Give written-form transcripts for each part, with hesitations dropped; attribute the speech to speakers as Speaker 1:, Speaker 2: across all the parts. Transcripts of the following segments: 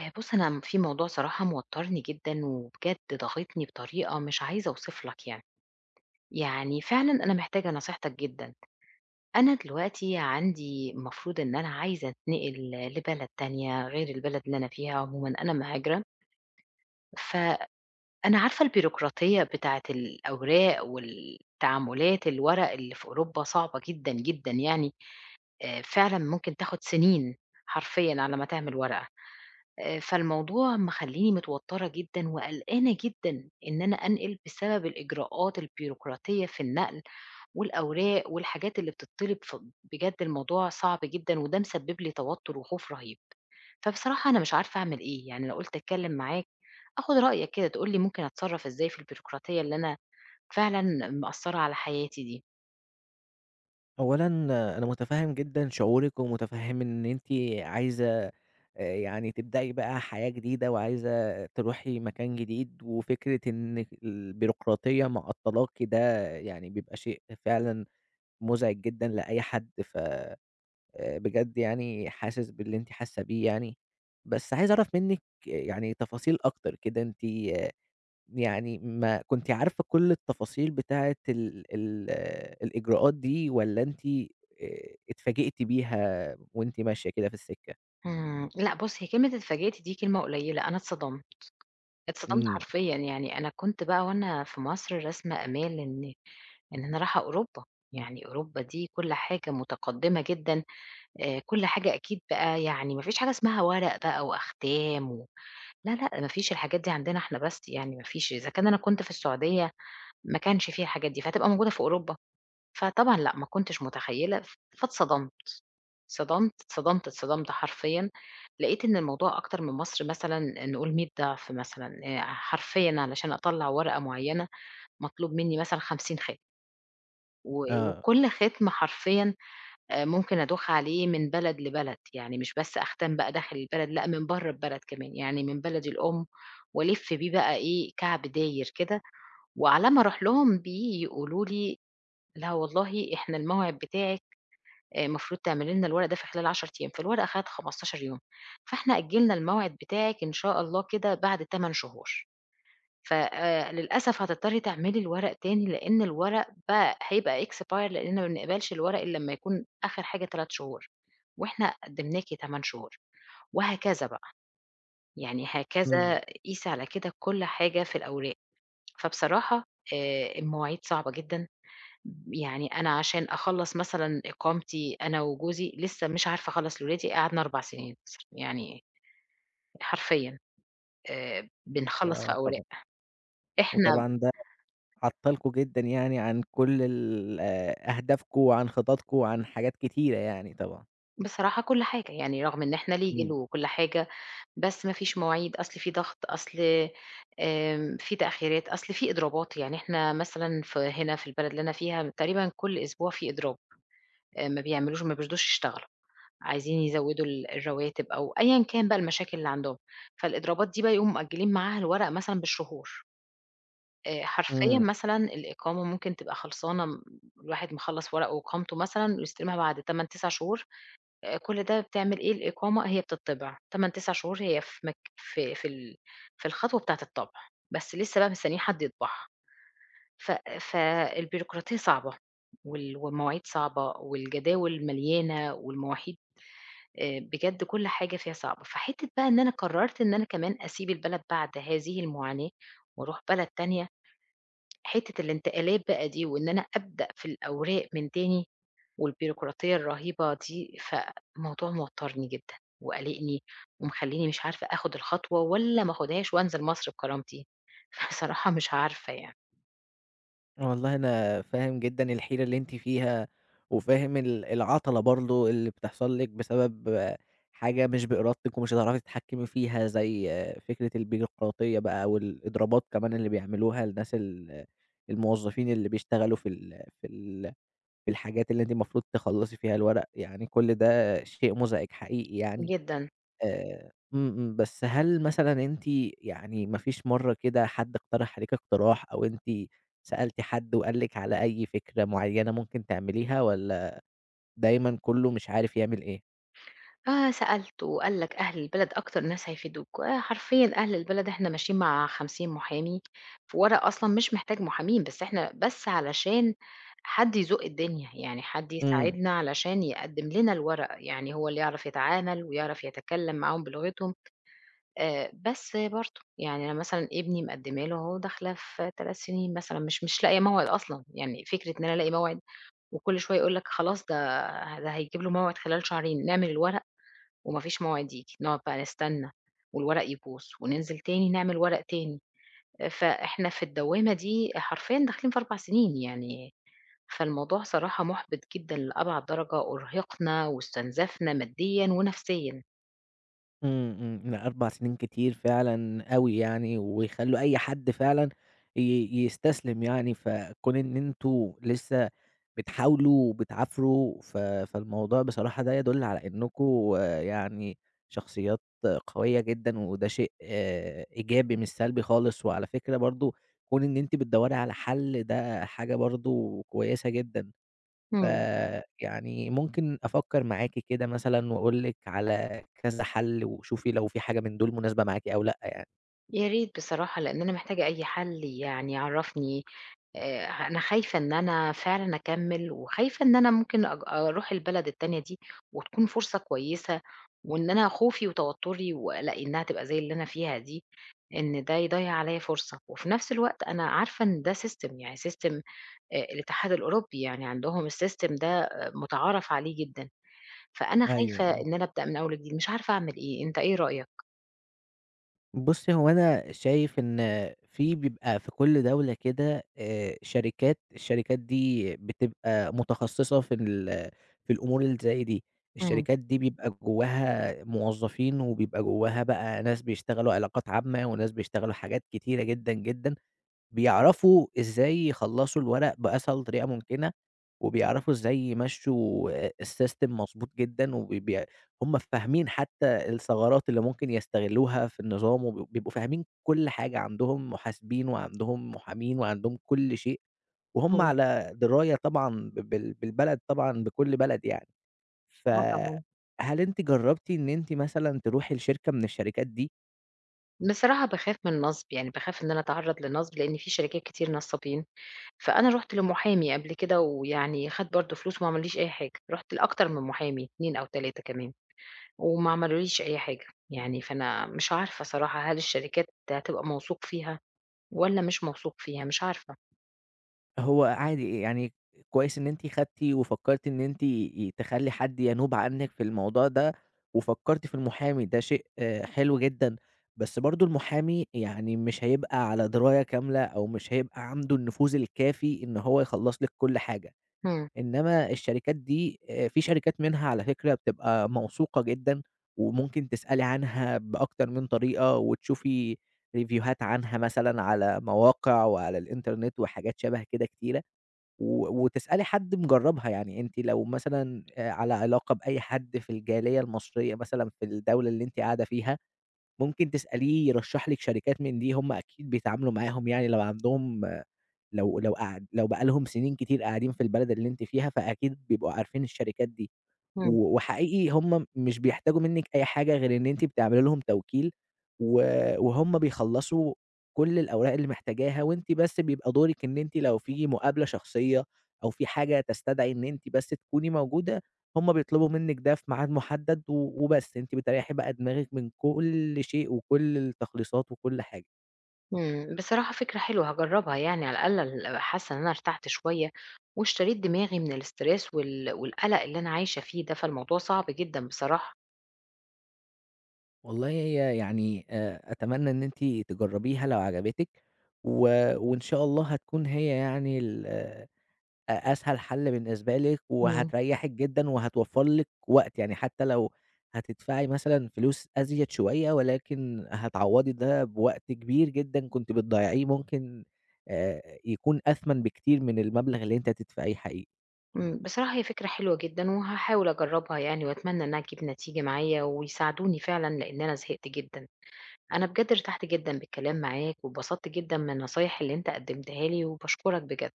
Speaker 1: بُص، أنا في موضوع صراحة موتّرني جدًا وبجد ضاغطني بطريقة مش عايزة أوصف لك يعني. يعني فعلًا أنا محتاجة نصيحتك جدًا. أنا دلوقتي عندي المفروض إن أنا عايزة أتنقل لبلد تانية غير البلد اللي أنا فيها عمومًا، أنا مهاجرة، فأنا عارفة البيروقراطية بتاعة الأوراق والتعاملات، الورق اللي في أوروبا صعبة جدًا، جدًا يعني، فعلًا ممكن تاخد سنين حرفيًا على ما تعمل ورقة. فالموضوع مخلّيني متوتّرة جدًا وقلقانة جدًا إن أنا أنقل بسبب الإجراءات البيروقراطية في النقل والأوراق والحاجات اللي بتطّلب، بجد الموضوع صعب جدًا وده مسبب لي توتّر وخوف رهيب. فبصراحة أنا مش عارفة أعمل إيه، يعني أنا قُلت أتكلّم معاك آخُد رأيك كده تقول لي ممكن أتصرّف إزاي في البيروقراطية اللي أنا فعلًا مأثّرة على حياتي دي.
Speaker 2: أولًا، أنا متفهم جدًا شعورِك، ومتفهم إن أنتِ عايزة، يعني تبدئي بقى حياة جديدة، وعايزة تروحي مكان جديد. وفكرة إن البيروقراطية معطلاكِ ده يعني بيبقى شيء فعلًا مزعج جدًا لأي حد، ف بجد يعني حاسس باللي أنتِ حاسة بيه يعني. بس عايز أعرف منِك يعني تفاصيل أكتر كده، أنتِ يعني ما كنتِ عارفة كل التفاصيل بتاعة ال الإجراءات دي، والّا أنتِ اتفاجئتِ بيها وأنتِ ماشية كده في السكة؟
Speaker 1: لأ بُص هي كلمة اتفاجئت دي كلمة قليّلة، أنا اتصدمت، اتصدمت
Speaker 2: إمم،
Speaker 1: حرفيًا يعني أنا كنت بقى وأنا في مصر راسمة آمال إن أنا رايحة أوروبا، يعني أوروبا دي كل حاجة متقدّمة جدًا، كل حاجة أكيد بقى يعني ما فيش حاجة اسمها ورق بقى وأختام لا، لأ، ما فيش الحاجات دي عندنا إحنا بس يعني ما فيش، إذا كان أنا كنت في السعودية ما كانش فيها الحاجات دي، فهتبقى موجودة في أوروبا، فطبعًا لأ، ما كنتش متخيّلة فاتصدمت، اتصدمت حرفيًا، لقيت إن الموضوع أكتر من مصر مثلًا نقول 100 ضعف مثلًا، حرفيًا علشان أطلّع ورقة معيّنة مطلوب منّي مثلًا 50 خط. و
Speaker 2: آه،
Speaker 1: وكل ختم حرفيًا ممكن أدوخ عليه من بلد لبلد، يعني مش بس أختم بقى داخل البلد، لأ من برّه البلد كمان، يعني من بلدي الأم وألِف بيه بقى إيه، كعب داير كده، وعلى ما أروح لهم بيه يقولوا لي: "لا والله إحنا الموعد بتاعِك المفروض تعملي لنا الورق ده في خلال 10 أيام." فالورقة خدت 15 يوم، فإحنا أجّلنا الموعد بتاعِك إن شاء الله كده بعد 8 شهور. ف للأسف هتضطري تعملي الورق تاني، لإن الورق بقى هيبقى expire لإننا ما بنقبلش الورق إلا لمّا يكون آخر حاجة 3 شهور، وإحنا قدّمناكِ 8 شهور، وهكذا بقى، يعني
Speaker 2: إمم،
Speaker 1: هكذا قيسي على كده كل حاجة في الأوراق. فبصراحة المواعيد صعبة جدًا، يعني أنا عشان أخلّص مثلًا إقامتي أنا وجوزي لسه مش عارفة أخلّص لولادي، قعدنا 4 سنين مثلًا، يعني حرفيًا بنخلّص في
Speaker 2: آه
Speaker 1: أوراق.
Speaker 2: طبعًا.
Speaker 1: إحنا
Speaker 2: وطبعًا ده عطّلكم جدًا، يعني عن كل أهدافكم، وعن خططكم، وعن حاجات كتيرة يعني طبعًا.
Speaker 1: بصراحة كل حاجة، يعني رغم إن إحنا legal
Speaker 2: إمم،
Speaker 1: وكل حاجة، بس ما فيش مواعيد، أصل في ضغط، أصل في تأخيرات، أصل في إضرابات، يعني إحنا مثلًا في هنا في البلد اللي أنا فيها تقريبًا كل أسبوع في إضراب، ما بيعملوش ما بيرضوش يشتغلوا، عايزين يزوّدوا الرواتب أو أيًا كان بقى المشاكل اللي عندهم، فالإضرابات دي بقى يقوموا مأجلين معاها الورق مثلًا بالشهور، حرفيًا
Speaker 2: إمم.
Speaker 1: مثلًا الإقامة ممكن تبقى خلصانة الواحد مخلّص ورقه وإقامته مثلًا ويستلمها بعد 8، 9 شهور، كل ده بتعمل إيه، الإقامة هي بتطِّبع 8، 9 شهور هي في مك في في ال في الخطوة بتاعة الطبع، بس لسه بقى مستنيين حد يطبعها. ف فالبيروقراطية صعبة والمواعيد صعبة والجداول مليانة والمواعيد بجد كل حاجة فيها صعبة. فحتّة بقى إن أنا قرّرت إن أنا كمان أسيب البلد بعد هذه المعاناة وأروح بلد تانية، حتّة الانتقالات بقى دي وإن أنا أبدأ في الأوراق من تاني، والبيروقراطية الرهيبة دي، فالموضوع موتّرني جدًا وقالقني ومخلّيني مش عارفة آخُد الخطوة والّا ما آخُدهاش وأنزل مصر بكرامتي، فبصراحة مش عارفة يعني
Speaker 2: والله أنا فاهم جدًا الحيرة اللي أنتِ فيها، وفاهم العطلة برضه اللي بتحصل لِك بسبب حاجة مش بإرادتِك ومش هتعرفي تتحكمي فيها، زي فكرة البيروقراطية بقى، أو الإضرابات كمان اللي بيعملوها لناس الموظفين اللي بيشتغلوا في الحاجات اللي أنتِ المفروض تخلّصي فيها الورق، يعني كل ده شيء مزعج حقيقي يعني.
Speaker 1: جدًا.
Speaker 2: إمم، إمم، بس هل مثلًا أنتِ يعني ما فيش مرّة كده حد اقترح عليكِ اقتراح، أو أنتِ سألتِ حد وقال لِك على أي فكرة معيّنة ممكن تعمليها، والّا دايمًا كُلّه مش عارف يعمل إيه؟
Speaker 1: سألت وقال لك أهل البلد أكتر ناس هيفيدوك، حرفيًا أهل البلد إحنا ماشيين مع 50 محامي، في ورق أصلًا مش محتاج محامين، بس إحنا بس علشان حد يزُق الدنيا، يعني حد
Speaker 2: إمم.
Speaker 1: يساعدنا علشان يقدّم لنا الورق، يعني هو اللي يعرف يتعامل ويعرف يتكلّم معاهم بلغتهم. بس برضه، يعني أنا مثلًا ابني مقدّمة له أهو داخلة في 3 سنين مثلًا، مش لاقية موعد أصلًا، يعني فكرة إن أنا ألاقي موعد وكل شوية يقول لك خلاص ده هيجيب له موعد خلال شهرين، نعمل الورق وما فيش موعد ييجي، نقعد بقى نستنى والورق يبوظ وننزل تاني نعمل ورق تاني، آه، فإحنا في الدوّامة دي حرفيًا داخلين في 4 سنين يعني، فالموضوع صراحة مُحبِط جدًا لأبعد درجة، أُرهقنا واستنزفنا ماديًا ونفسيًا.
Speaker 2: إمم، إمم، لأ، 4 سنين كتير فعلًا أوي يعني، ويخلّوا أي حد فعلًا يستسلم يعني. فكون إن أنتم لسه بتحاولوا وبتعافروا، فالموضوع بصراحة ده يدل على إنكم يعني شخصيات قوية جدًا، وده شيء إيجابي مش سلبي خالص. وعلى فكرة برضه، كون إن أنتِ بتدوّري على حل ده حاجة برضه كويسة جدًا.
Speaker 1: إمم.
Speaker 2: فيعني ممكن أفكّر معاكِ كده مثلًا وأقول لِك على كذا حَل، وشوفي لو في حاجة من دول مناسبة معاكِ أو لأ يعني.
Speaker 1: يا ريت بصراحة، لإن أنا محتاجة أي حل يعني يعرّفني أنا خايفة إن أنا فعلًا أكمّل وخايفة إن أنا ممكن أروح البلد التانية دي وتكون فرصة كويسة وإن أنا خوفي وتوتُّري وقلقي إنّها تبقى زي اللي أنا فيها دي، إن ده يضيّع عليّا فرصة وفي نفس الوقت أنا عارفة إن ده system يعني system الاتحاد الأوروبي، يعني عندهم الsystem ده آه، مُتعارف عليه جدًا، فأنا
Speaker 2: أيوه،
Speaker 1: خايفة
Speaker 2: آه.
Speaker 1: إن أنا أبدأ من أول وجديد، مش عارفة أعمل إيه، أنت إيه رأيك؟
Speaker 2: بُصّي، هو أنا شايف إن بيبقى في كل دولة كده شركات. الشركات دي بتبقى متخصصة في الأمور اللي زي دي.
Speaker 1: إمم،
Speaker 2: الشركات دي بيبقى جواها موظفين، وبيبقى جواها بقى ناس بيشتغلوا علاقات عامة، وناس بيشتغلوا حاجات كتيرة جدًا، جدًا. بيعرفوا إزاي يخلّصوا الورق بأسهل طريقة ممكنة، وبيعرفوا إزاي يمشّوا السيستم مضبوط جدًا. هم فاهمين حتى الثغرات اللي ممكن يستغلّوها في النظام، وب بيبقوا فاهمين كل حاجة. عندهم محاسبين، وعندهم محامين، وعندهم كل شيء، وهم
Speaker 1: إمم.
Speaker 2: على دراية طبعًا ب بال بالبلد، طبعًا بكل بلد يعني.
Speaker 1: آه طبعًا.
Speaker 2: فهل أنتِ جرّبتِ إن أنتِ مثلًا تروحي لشركة من الشركات دي؟
Speaker 1: بصراحة باخاف من النصب، يعني باخاف إن أنا أتعرّض لنصب، لإن في شركات كتير نصّابين، فأنا رُحت لمحامي قبل كده ويعني خَد برضه فلوس وما عملّيش أي حاجة، رُحت لأكتر من محامي 2 أو 3 كمان وما عملوليش أي حاجة، يعني فأنا مش عارفة صراحة هل الشركات هتبقى موثوق فيها والّا مش موثوق فيها؟ مش عارفة.
Speaker 2: هو عادي يعني، كويس إن أنتِ خدتِ وفكّرتِ إن أنتِ تخلّي حد ينوب عنِّك في الموضوع ده، وفكّرتِ في المحامي، ده شيء حلو جدًا. بس برضه المحامي يعني مش هيبقى على دراية كاملة، أو مش هيبقى عنده النفوذ الكافي إن هو يخلّص لِك كل حاجة.
Speaker 1: إمم،
Speaker 2: إنما الشركات دي، في شركات منها على فكرة بتبقى موثوقة جدًا، وممكن تسألي عنها بأكتر من طريقة، وتشوفي ريفيوهات عنها مثلًا على مواقع وعلى الإنترنت وحاجات شبه كده كتيرة. و وتسألي حد مجرّبها، يعني أنتِ لو مثلًا على علاقة بأي حد في الجالية المصرية، مثلًا في الدولة اللي أنتِ قاعدة فيها، ممكن تسأليه يرشّح لِك شركات من دي، هم أكيد بيتعاملوا معاهم يعني، لو عندهم لو بقى لهم سنين كتير قاعدين في البلد اللي أنتِ فيها، فأكيد بيبقوا عارفين الشركات دي.
Speaker 1: إمم،
Speaker 2: و وحقيقي هم مش بيحتاجوا منِّك أي حاجة غير إن أنتِ بتعملي لهم توكيل، و وهم بيخلّصوا كل الأوراق اللي محتاجاها. وأنتِ بس بيبقى دورِك إن أنتِ لو في مقابلة شخصية، أو في حاجة تستدعي إن أنتِ بس تكوني موجودة، هم بيطلبوا منِّك ده في ميعاد محدد و وبس. أنتِ بتريّحي بقى دماغِك من كل شيء وكل التخليصات وكل حاجة.
Speaker 1: إمم. بصراحة فكرة حلوة هاجرّبها يعني على الأقل حاسة إن أنا ارتحت شوية واشتريت دماغي من الstress والقَلَق اللي أنا عايشة فيه ده، فالموضوع صعب جدًا بصراحة.
Speaker 2: والله هي يعني، أتمنى إن أنتِ تجرّبيها لو عجبتِك، و وإن شاء الله هتكون هي يعني ال أ أسهل حل بالنسبة لِك،
Speaker 1: إمم.
Speaker 2: وهتريّحِك جدًا، وهتوفّر لِك وقت. يعني حتى لو هتدفعي مثلًا فلوس أزيد شوية، ولكن هتعوّضي ده بوقت كبير جدًا كنتِ بتضيّعيه، ممكن يكون أثمن بكتير من المبلغ اللي أنتِ هتدفعيه حقيقي.
Speaker 1: إمم، بصراحة هي فكرة حلوة جدًا، وهاحاول أجرّبها يعني وأتمنى إنها تجيب نتيجة معايا ويساعدوني فعلًا، لإن أنا زهقت جدًا. أنا بجد ارتحت جدًا بالكلام معاك، واتبسطت جدًا من النصايح اللي أنت قدّمتها لي، وباشكرك بجد،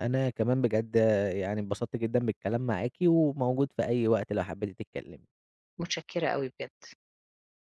Speaker 2: أنا كمان بجد يعني اتبسطت جدًا بالكلام معاكِ، وموجود في أي وقت لو حبيتِ تتكلمي.
Speaker 1: متشكرة أوي بجد.